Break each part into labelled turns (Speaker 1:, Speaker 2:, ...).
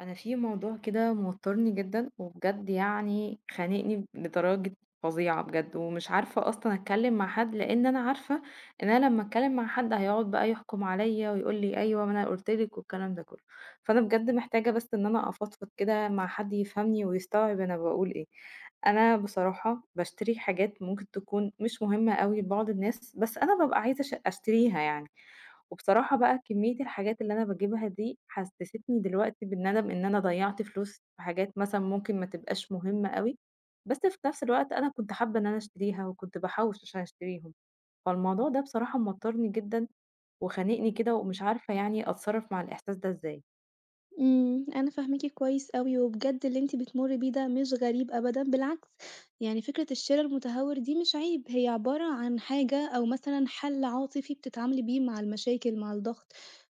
Speaker 1: انا في موضوع كده موترني جدا وبجد يعني خانقني لدرجة فظيعة بجد، ومش عارفة اصلا اتكلم مع حد، لان انا عارفة ان انا لما اتكلم مع حد هيقعد بقى يحكم عليا ويقول لي ايوه ما انا قلت لك والكلام ده كله. فانا بجد محتاجة بس ان انا افضفض كده مع حد يفهمني ويستوعب انا بقول ايه. انا بصراحة بشتري حاجات ممكن تكون مش مهمة قوي لبعض الناس، بس انا ببقى عايزة اشتريها يعني. وبصراحة بقى كمية الحاجات اللي أنا باجيبها دي حسستني دلوقتي بالندم إن أنا ضيّعت فلوس في حاجات مثلًا ممكن ما تبقاش مهمة أوي، بس في نفس الوقت أنا كنت حابة إن أنا أشتريها وكنت باحوّش عشان أشتريهم، فالموضوع ده بصراحة موتّرني جدًا وخانقني كده ومش عارفة يعني أتصرّف مع الإحساس ده إزاي.
Speaker 2: أنا فاهماكِ كويس أوي، وبجد اللي أنتِ بتمُرّي بيه ده مش غريب أبدًا، بالعكس يعني فكرة الشِرا المتهور دي مش عيب، هي عبارة عن حاجة أو مثلًا حَل عاطفي بتتعاملي بيه مع المشاكل، مع الضغط،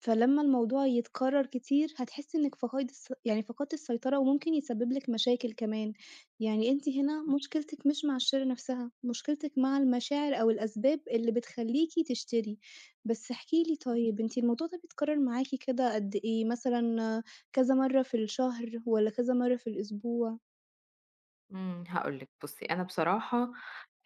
Speaker 2: فلمّا الموضوع يتكرر كتير هتحسي إنِّك فقايد الس يعني فقدتِ السيطرة، وممكن يسبب لِك مشاكل كمان، يعني أنتِ هنا مشكلتِك مش مع الشِرا نَفْسها، مشكلتِك مع المشاعر أو الأسباب اللي بتخلّيكِ تشتري. بس احكي لي طيب، أنتِ الموضوع ده بيتكرر معاكِ كده قد إيه؟ مثلًا كذا مرّة في الشهر والّا كذا مرّة في الأسبوع؟
Speaker 1: هاقول لِك بُصّي، أنا بصراحة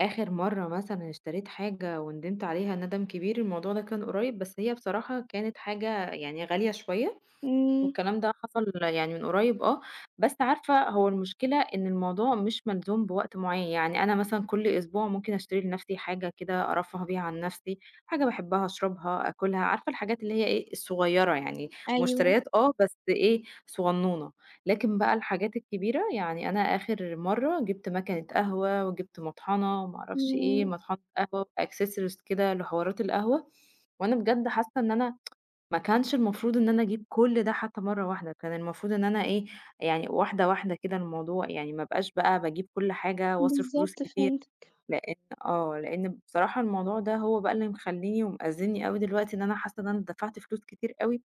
Speaker 1: آخر مرّة مثلًا اشتريت حاجة وندمت عليها ندم كبير، الموضوع ده كان قريب، بس هي بصراحة كانت حاجة يعني غالية شوية.
Speaker 2: إمم،
Speaker 1: والكلام ده حصل يعني من قريب آه، بس عارفة هو المشكلة إن الموضوع مش ملزوم بوقت معين، يعني أنا مثلًا كل أسبوع ممكن أشتري لنفسي حاجة كده أرفّه بيها عن نفسي، حاجة باحبها أشربها، آكلها، عارفة الحاجات اللي هي إيه، الصغيرة يعني
Speaker 2: أيوه،
Speaker 1: مشتريات آه، بس إيه، صغنونة، لكن بقى الحاجات الكبيرة يعني أنا آخر مرّة جِبت ماكينة قهوة وجِبت مطحنة وما أعرفش إيه،
Speaker 2: إمم،
Speaker 1: مطحنة قهوة وaccessories كده لحوارات القهوة، وأنا بجد حاسة إن أنا ما كانش المفروض إن أنا أجيب كل ده حتى مرّة واحدة، كان المفروض إن أنا إيه، يعني واحدة، واحدة كده الموضوع، يعني ما ابقاش بقى باجيب كل حاجة وأصرف فلوس
Speaker 2: بالضبط
Speaker 1: كتير.
Speaker 2: فهمتِك،
Speaker 1: لإن لإن بصراحة الموضوع ده هو بقى اللي مخلّيني ومأزّمني أوي دلوقتي إن أنا حاسة إن أنا دفعت فلوس كتير أوي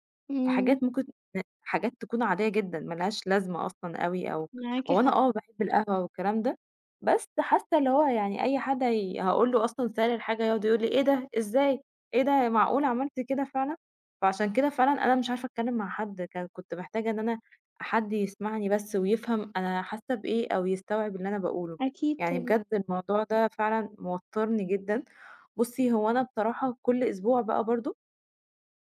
Speaker 1: في
Speaker 2: إمم،
Speaker 1: حاجات ممكن حاجات تكون عادية جدًا ما لهاش لازمة أصلًا أوي أو
Speaker 2: معاكِ
Speaker 1: هو أنا
Speaker 2: حق،
Speaker 1: آه، باحب القهوة والكلام ده، بس حاسة اللي هو يعني أي حد هي هاقول له أصلًا سعر الحاجة هيقعد يقول لي: "إيه ده؟ إزاي؟ إيه ده معقول عملت كده فعلًا؟" فعشان كده فعلًا أنا مش عارفة أتكلّم مع حد كنت محتاجة إن أنا حد يسمعني بس ويفهم أنا حاسة بإيه أو يستوعب اللي أنا باقوله.
Speaker 2: أكيد
Speaker 1: يعني
Speaker 2: طبعًا،
Speaker 1: بجد الموضوع ده فعلًا موتّرني جدًا. بُصّي، هو أنا بصراحة كل أسبوع بقى برضه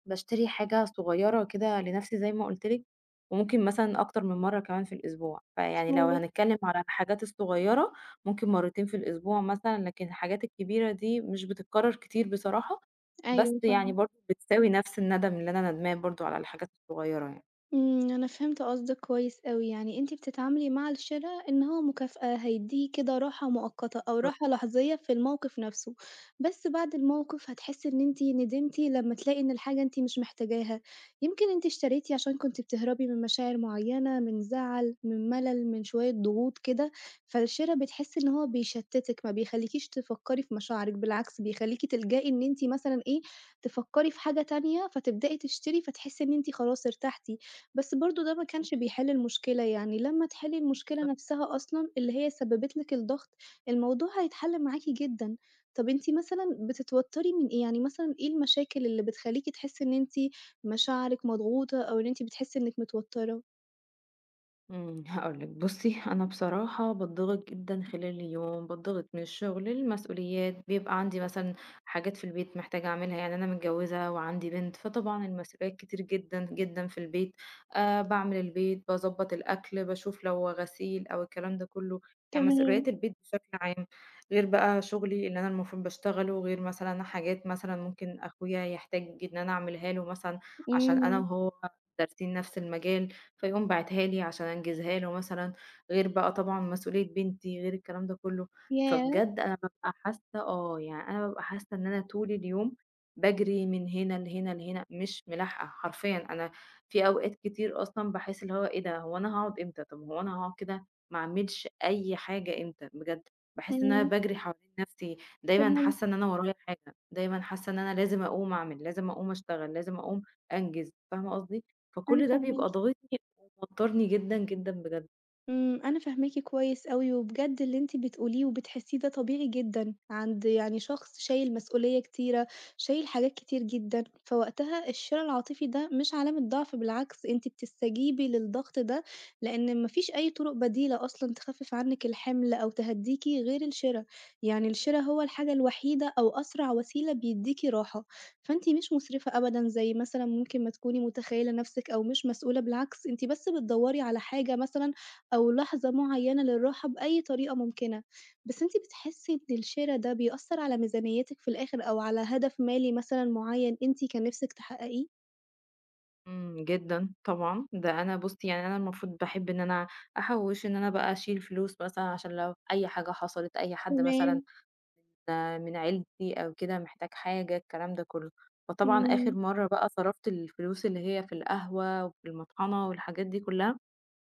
Speaker 1: باشتري حاجة صغيّرة كده لنَفْسي زي ما قُلت لِك، وممكن مثلًا أكتر من مرّة كمان في الأسبوع. فيعني لو
Speaker 2: حلو،
Speaker 1: هنتكلّم على الحاجات الصغيّرة ممكن مرّتين في الأسبوع مثلًا، لكن الحاجات الكبيرة دي مش بتتكرّر كتير بصراحة، بس
Speaker 2: أيوه
Speaker 1: يعني
Speaker 2: فاهمة.
Speaker 1: برضه بتساوي نَفْس الندم اللي أنا ندماه برضه على الحاجات الصغيّرة يعني.
Speaker 2: أنا فهمت قصدِك كويس أوي، يعني أنتِ بتتعاملي مع الشِرا إن هو مكافأة هيدّيه كده راحة مؤقتة أو
Speaker 1: بالضبط.
Speaker 2: راحة لحظية في الموقف نَفْسه، بس بعد الموقف هتحسّي إن أنتِ ندمتِ لمّا تلاقي إن الحاجة أنتِ مش محتاجاها، يمكن أنتِ اشتريتِ عشان كنتِ بتهربي من مشاعر معيّنة، من زَعَل، من مَلَل، من شوية ضغوط كده، فالشِرا بتحسّي إن هو بيشتِّتِك، ما بيخلّيكيش تفكّري في مشاعرِك، بالعكس بيخلّيكِ تلجئي إن أنتِ مثلًا إيه، تفكّري في حاجة تانية فتبدئي تشتري فتحسّي إن أنتِ خلاص ارتحتِ. بس برضه ده ما كانش بيحل المشكلة، يعني لمّا تحلّي المشكلة نفسها أصلًا اللي هي سببت لِك الضغط، الموضوع هيتحل معاكِ جدًا. طَب أنتِ مثلًا بتتوتّري من إيه؟ يعني مثلًا إيه المشاكل اللي بتخلّيكِ تحسّي إن أنتِ مشاعرِك مضغوطة أو إن أنتِ بتحسّي إنِّك متوتّرة؟
Speaker 1: هاقول لِك بُصّي، أنا بصراحة باتضغط جدًا خلال اليوم، باتضغط من الشغل، المسؤوليات، بيبقى عندي مثلًا حاجات في البيت محتاجة أعملها، يعني أنا متجوّزة وعندي بنت، فطبعًا المسؤوليات كتير جدًا، جدًا في البيت، باعمل البيت، باضبّط الأكل، باشوف لو غسيل أو الكلام ده كلّه، يعني
Speaker 2: تمام،
Speaker 1: مسؤوليات البيت بشكل عام، غير بقى شغلي اللي أنا المفروض باشتغله، غير مثلًا حاجات مثلًا ممكن أخويا يحتاج إن أنا أعملها له مثلًا عشان أنا
Speaker 2: إمم،
Speaker 1: وهو دارسين نفس المجال، فيقوم باعتها لي عشان أنجزها له مثلًا، غير بقى طبعًا مسؤولية بنتي، غير الكلام ده كله.
Speaker 2: ياه!
Speaker 1: فبجد أنا بابقى حاسة آه، يعني أنا بابقى حاسة إن أنا طول اليوم باجري من هنا لهنا لهنا، مش ملاحقة حرفيًا. أنا في أوقات كتير أصلًا باحس اللي هو إيه ده، هو أنا هاقعد إمتى؟ طب هو أنا هاقعد كده ما أعملش أي حاجة إمتى بجد؟ باحس إن أنا
Speaker 2: إمم،
Speaker 1: باجري حوالين نفسي، دايمًا
Speaker 2: فهمت،
Speaker 1: حاسة إن أنا ورايا حاجة، دايمًا حاسة إن أنا لازم أقوم أعمل، لازم أقوم أشتغل، لازم أقوم أنجز، فاهمة قصدي؟
Speaker 2: أنا
Speaker 1: فكل ده
Speaker 2: فاهماكِ.
Speaker 1: بيبقى ضاغطني وتّرني جدًا، جدًا بجد.
Speaker 2: أنا فاهماكِ كويس أوي، وبجد اللي أنتِ بتقوليه وبتحسيه ده طبيعي جدًا عند يعني شخص شايل مسؤولية كتيرة، شايل حاجات كتير جدًا، فوقتها الشِّراء العاطفي ده مش علامة ضعف بالعكس أنتِ بتستجيبي للضغط ده، لإن ما فيش أي طرق بديلة أصلًا تخفف عنِك الحمل أو تهدّيكِ غير الشِّرا، يعني الشِّرا هو الحاجة الوحيدة أو أسرع وسيلة بيدّيكِ راحة، فأنتِ مش مسرفة أبدًا زي مثلًا ممكن ما تكوني متخيلة نَفْسِك أو مش مسؤولة، بالعكس أنتِ بس بتدوّري على حاجة مثلًا أو لحظة معيّنة للراحة بأي طريقة ممكنة، بس أنتِ بتحسّي إن الشِرا ده بيأثّر على ميزانيتِك في الآخر أو على هدف مالي مثلًا معيّن أنتِ كان نِفْسِك تحقّقيه؟
Speaker 1: جدًا طبعًا، ده أنا بُصّي يعني أنا المفروض باحب إن أنا أحوّش، إن أنا بقى أشيل فلوس مثلًا عشان لو أي حاجة حصلت، أي حد مثلًا
Speaker 2: تمام،
Speaker 1: آه، من عيلتي أو كده محتاج حاجة، الكلام ده كلّه. فطبعًا آخر
Speaker 2: إمم،
Speaker 1: مرّة بقى صرفت الفلوس اللي هي في القهوة وفي المطحنة والحاجات دي كلّها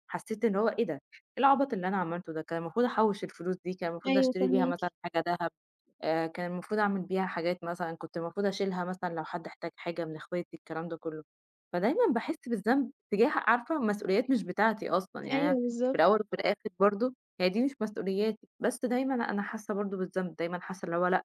Speaker 1: حسيت إن هو إيه ده! إيه العبط اللي أنا عملته ده! كان المفروض أحوّش الفلوس دي، كان المفروض
Speaker 2: أيوه
Speaker 1: أشتري بيها
Speaker 2: فاهماكِ،
Speaker 1: مثلًا حاجة دهب، كان المفروض أعمل بيها حاجات مثلًا كنت المفروض أشيلها مثلًا لو حد احتاج حاجة من إخواتي الكلام ده كلّه. فدايمًا باحس بالذنب تجاه عارفة مسؤوليات مش بتاعتي أصلًا، يعني أنا
Speaker 2: أيوه
Speaker 1: في
Speaker 2: بالضبط،
Speaker 1: الأول وفي الآخر برضه هي دي مش مسؤولياتي، بس دايمًا أنا حاسة برضه بالذنب، دايمًا حاسة اللي هو لأ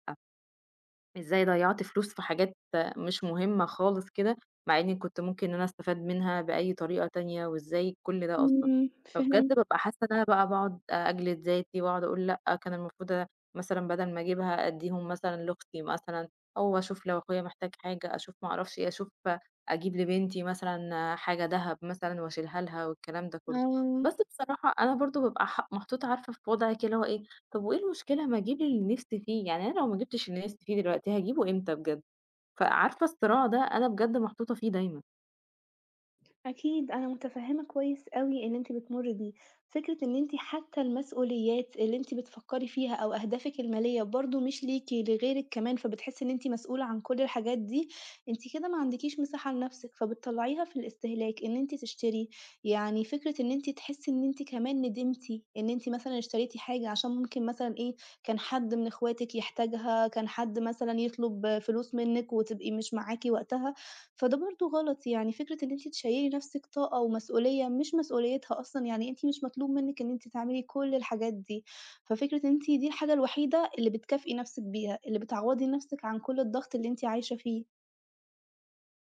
Speaker 1: إزاي ضيّعت فلوس في حاجات مش مهمة خالص كده، مع إني كنت ممكن إن أنا أستفاد منها بأي طريقة تانية، وإزاي كل ده أصلًا.
Speaker 2: إمم،
Speaker 1: فبجد
Speaker 2: فهمت،
Speaker 1: بابقى حاسة إن أنا بقى باقعد أجلد ذاتي، واقعد أقول لأ، كان المفروض مثلًا بدل ما أجيبها أدّيهم مثلًا لأختي مثلًا، أو أشوف لو أخويا محتاج حاجة، أشوف ما أعرفش إيه، أشوف أجيب لبنتي مثلًا حاجة دهب مثلًا وأشيلها لها والكلام ده كله.
Speaker 2: آه.
Speaker 1: بس بصراحة أنا برضه بابقى محطوطة عارفة في وضع كده اللي هو إيه، طب وإيه المشكلة ما أجيب اللي نِفْسي فيه، يعني أنا لو ما جِبتش اللي نِفْسي فيه دلوقتي هاجيبه إمتى بجد؟ فعارفة الصراع ده أنا بجد محطوطة فيه دايمًا.
Speaker 2: أكيد أنا متفهمة كويس أوي اللي أنتِ بتمري بيه، فكرة إن أنتِ حتى المسؤوليات اللي أنتِ بتفكري فيها أو أهدافِك المالية برضه مش ليكِ لغيرِك كمان، فبتحسي إن أنتِ مسؤولة عن كل الحاجات دي، أنتِ كده ما عندكيش مساحة لنفسِك، فبتطلعيها في الاستهلاك إن أنتِ تشتري، يعني فكرة إن أنتِ تحسي إن أنتِ كمان ندمتِ إن أنتِ مثلًا اشتريتِ حاجة عشان ممكن مثلًا إيه، كان حد من إخواتِك يحتاجها، كان حد مثلًا يطلب فلوس منِك وتبقي مش معاكِ وقتها. فده برضه غلط، يعني فكرة إن أنتِ تشيّلي نَفْسِك طاقة ومسؤولية مش مسؤوليتها أصلًا، يعني أنتِ مش مطلوب منِّك إن أنتِ تعملي كل الحاجات دي، ففكرة إن أنتِ دي الحاجة الوحيدة اللي بتكافئي نَفْسِك بيها، اللي بتعوّضي نَفْسِك عن كل الضغط اللي أنتِ عايشة فيه.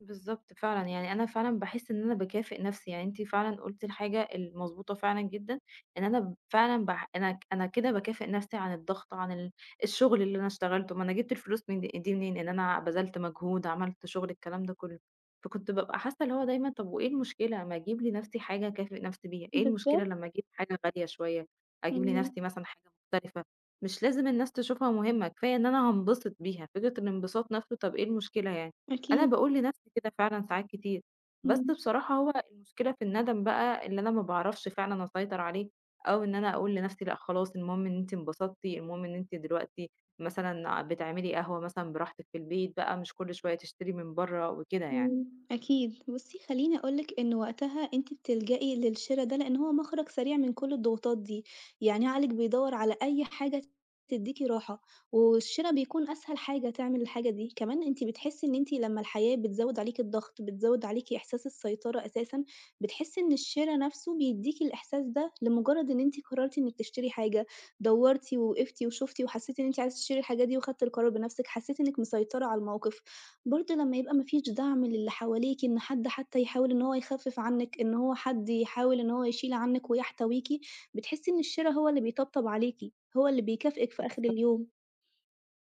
Speaker 1: بالضبط فعلًا، يعني أنا فعلًا باحس إن أنا باكافئ نَفْسي، يعني أنتِ فعلًا قُلتِ الحاجة المضبوطة فعلًا جدًا، إن أنا فعلًا أنا كده باكافئ نَفْسي عن الضغط، عن الشغل اللي أنا اشتغلته، ما أنا جِبت الفلوس من دي منين؟ إن أنا بذلت مجهود، عملت شغل، الكلام ده كُلّه. فكنت بابقى حاسة اللي هو دايمًا طَب وإيه المشكلة ما أجيب لنَفْسي حاجة أكافئ نَفْسي بيها، إيه المشكلة
Speaker 2: بالضبط،
Speaker 1: لمّا أجيب حاجة غالية شوية، أجيب
Speaker 2: إمم،
Speaker 1: لنَفْسي مثلًا حاجة مختلفة، مش لازم الناس تشوفها مهمة، كفاية إن أنا هانبسط بيها، فكرة الانبساط نَفْسه طَب إيه المشكلة يعني؟ أنا
Speaker 2: أكيد،
Speaker 1: باقول لنفسي كده فعلًا ساعات كتير، بس
Speaker 2: إمم.
Speaker 1: بصراحة هو المشكلة في الندم بقى اللي أنا ما باعرفش فعلًا أسيطر عليه، أو إن أنا أقول لنفسي لأ خلاص المهم إن أنتِ انبسطتِ، المهم إن أنتِ دلوقتي مثلًا بتعملي قهوة مثلًا براحتِك في البيت بقى، مش كل شوية تشتري من برّه وكده يعني.
Speaker 2: إمم، أكيد. بُصّي، خلّيني أقول لِك إن وقتها أنتِ بتلجئي للشِرا ده، لإن هو مخرج سريع من كل الضغوطات دي، يعني عقلِك بيدوّر على أي حاجة تدّيكِ راحة، والشِرا بيكون أسهل حاجة تعمل الحاجة دي. كمان أنتِ بتحسّي إن أنتِ لمّا الحياة بتزوّد عليكِ الضغط، بتزوّد عليكِ إحساس السيطرة أساسًا، بتحسّي إن الشِرا نَفْسه بيدّيكِ الإحساس ده لمجرّد إن أنتِ قررتِ إنِّك تشتري حاجة، دوّرتِ ووقفتِ وشُفتِ وحسّيتِ إن أنتِ عايزة تشتري الحاجة دي وخدتِ القرار بنَفْسِك، حسّيتِ إنِّك مسيطرة على الموقف. برضه لمّا يبقى ما فيش دعم للي حواليكِ، إن حد حتى يحاول إن هو يخفِّف عنِّك، إن هو حد يحاول إن هو يشيل عنِّك ويحتويكِ، بتحسّي إن الشِّرا هو اللي بيطبطب عليكِ، هو اللي بيكافئِك في آخر
Speaker 1: بالضبط.
Speaker 2: اليوم.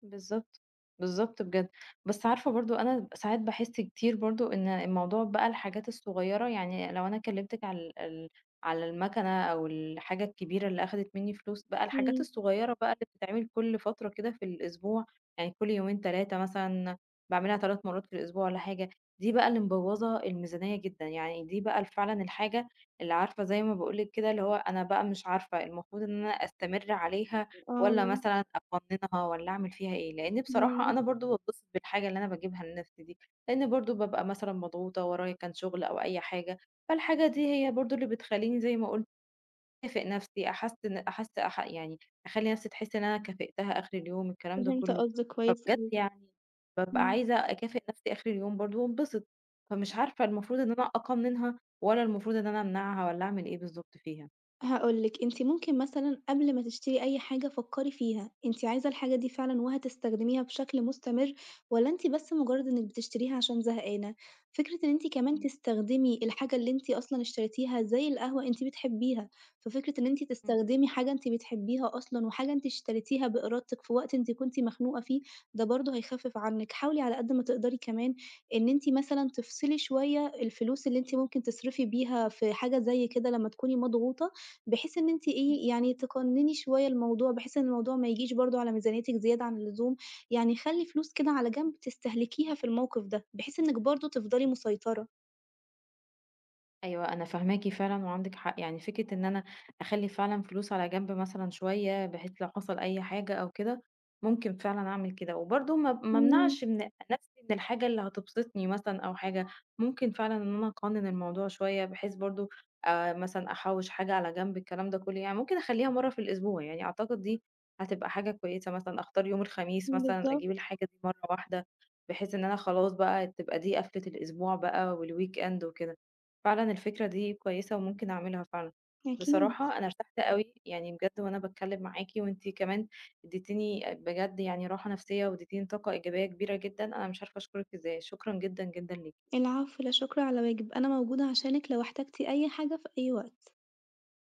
Speaker 1: بالضبط، بالضبط بجد. بس عارفة برضه أنا ساعات باحس كتير برضه إن الموضوع بقى الحاجات الصغيّرة يعني لو أنا كلّمتِك على ال ال على المكنة أو الحاجة الكبيرة اللي أخدت منّي فلوس، بقى الحاجات
Speaker 2: إمم،
Speaker 1: الصغيّرة بقى اللي بتتعمل كل فترة كده في الأسبوع، يعني كل يومين 3 مثلًا باعملها 3 مرّات في الأسبوع والّا حاجة، دي بقى اللي مبوّظة الميزانية جدًا، يعني دي بقى فعلًا الحاجة اللي عارفة زي ما باقول لِك كده اللي هو أنا بقى مش عارفة المفروض إن أنا أستمر عليها
Speaker 2: آه،
Speaker 1: والّا مثلًا أقنّنها والّا أعمل فيها إيه؟ لإن بصراحة
Speaker 2: إمم،
Speaker 1: أنا برضه باتبسط بالحاجة اللي أنا باجيبها لنَفْسي دي، لإن برضه بابقى مثلًا مضغوطة، ورايا كان شُغل أو أي حاجة، فالحاجة دي هي برضه اللي بتخلّيني زي ما قُلت أكافئ نَفْسي، أحسّن أحس أح يعني أخلّي نَفْسي تحس إن أنا كافئتها آخِر اليوم، الكلام ده
Speaker 2: فهمت
Speaker 1: كُلّه.
Speaker 2: قصدِك كويس أوي،
Speaker 1: فبجد يعني بابقى
Speaker 2: إمم.
Speaker 1: عايزة أكافئ نَفْسي آخِر اليوم برضه وانبسط، فمش عارفة المفروض إن أنا أقنّنها والّا المفروض إن أنا أمنعها والّا أعمل إيه بالضبط فيها؟
Speaker 2: هاقول لِك، أنتِ ممكن مثلًا قبل ما تشتري أي حاجة فكّري فيها، أنتِ عايزة الحاجة دي فعلًا وهتستخدميها بشكل مستمر والّا أنتِ بس مجرد إنِّك بتشتريها عشان زهقانة؟ فكرة إن أنتِ كمان
Speaker 1: إمم.
Speaker 2: تستخدمي الحاجة اللي أنتِ أصلًا اشتريتيها زي القهوة أنتِ بتحبيها، ففكرة إن أنتِ تستخدمي حاجة أنتِ بتحبيها أصلًا وحاجة أنتِ اشتريتيها بإرادتِك في وقت أنتِ كنتِ مخنوقة فيه، ده برضه هيخفِّف عنِّك. حاولي على قد ما تقدري كمان إن أنتِ مثلًا تفصلي شوية الفلوس اللي أنتِ ممكن تصرفي بيها في حاجة زي كده لمّا تكوني مضغوطة بحيث إن أنتِ إيه، يعني تقنّني شوية الموضوع، بحيث إن الموضوع ما يجيش برضه على ميزانيتِك زيادة عن اللزوم، يعني خلّي فلوس كده على جنب تستهلكيها في الموقف ده، بحيث إنِّك برضه تفضلي مسيطرة.
Speaker 1: أيوه، أنا فاهماكِ فعلًا وعندِك حق، يعني فكرة إن أنا أخلّي فعلًا فلوس على جنب مثلًا شوية بحيث لو حصل أي حاجة أو كده، ممكن فعلًا أعمل كده، وبرضه ما
Speaker 2: إمم،
Speaker 1: امنعش من نفسي من الحاجة اللي هتبسطني مثلًا أو حاجة، ممكن فعلًا إن أنا أقنن الموضوع شوية بحيث برضه مثلًا أحوّش حاجة على جنب الكلام ده كله، يعني ممكن أخلّيها مرّة في الأسبوع، يعني أعتقد دي هتبقى حاجة كويسة، مثلًا أختار يوم الخميس مثلًا أجيب
Speaker 2: بالضبط،
Speaker 1: الحاجة دي مرّة واحدة، بحيث إن أنا خلاص بقى تبقى دي قفلة الأسبوع بقى والweekend وكده. فعلًا الفكرة دي كويسة وممكن أعملها فعلًا.
Speaker 2: أكيد.
Speaker 1: بصراحة أنا ارتحت أوي، يعني بجد وأنا باتكلم معاكِ وأنتِ كمان اديتيني بجد يعني راحة نفسية واديتيني طاقة إيجابية كبيرة جدًا، أنا مش عارفة أشكرِك إزاي، شكرًا جدًا، جدًا ليكِ.
Speaker 2: العفو، لا شكر على واجب، أنا موجودة عشانِك لو احتجتِ أي حاجة في أي وقت.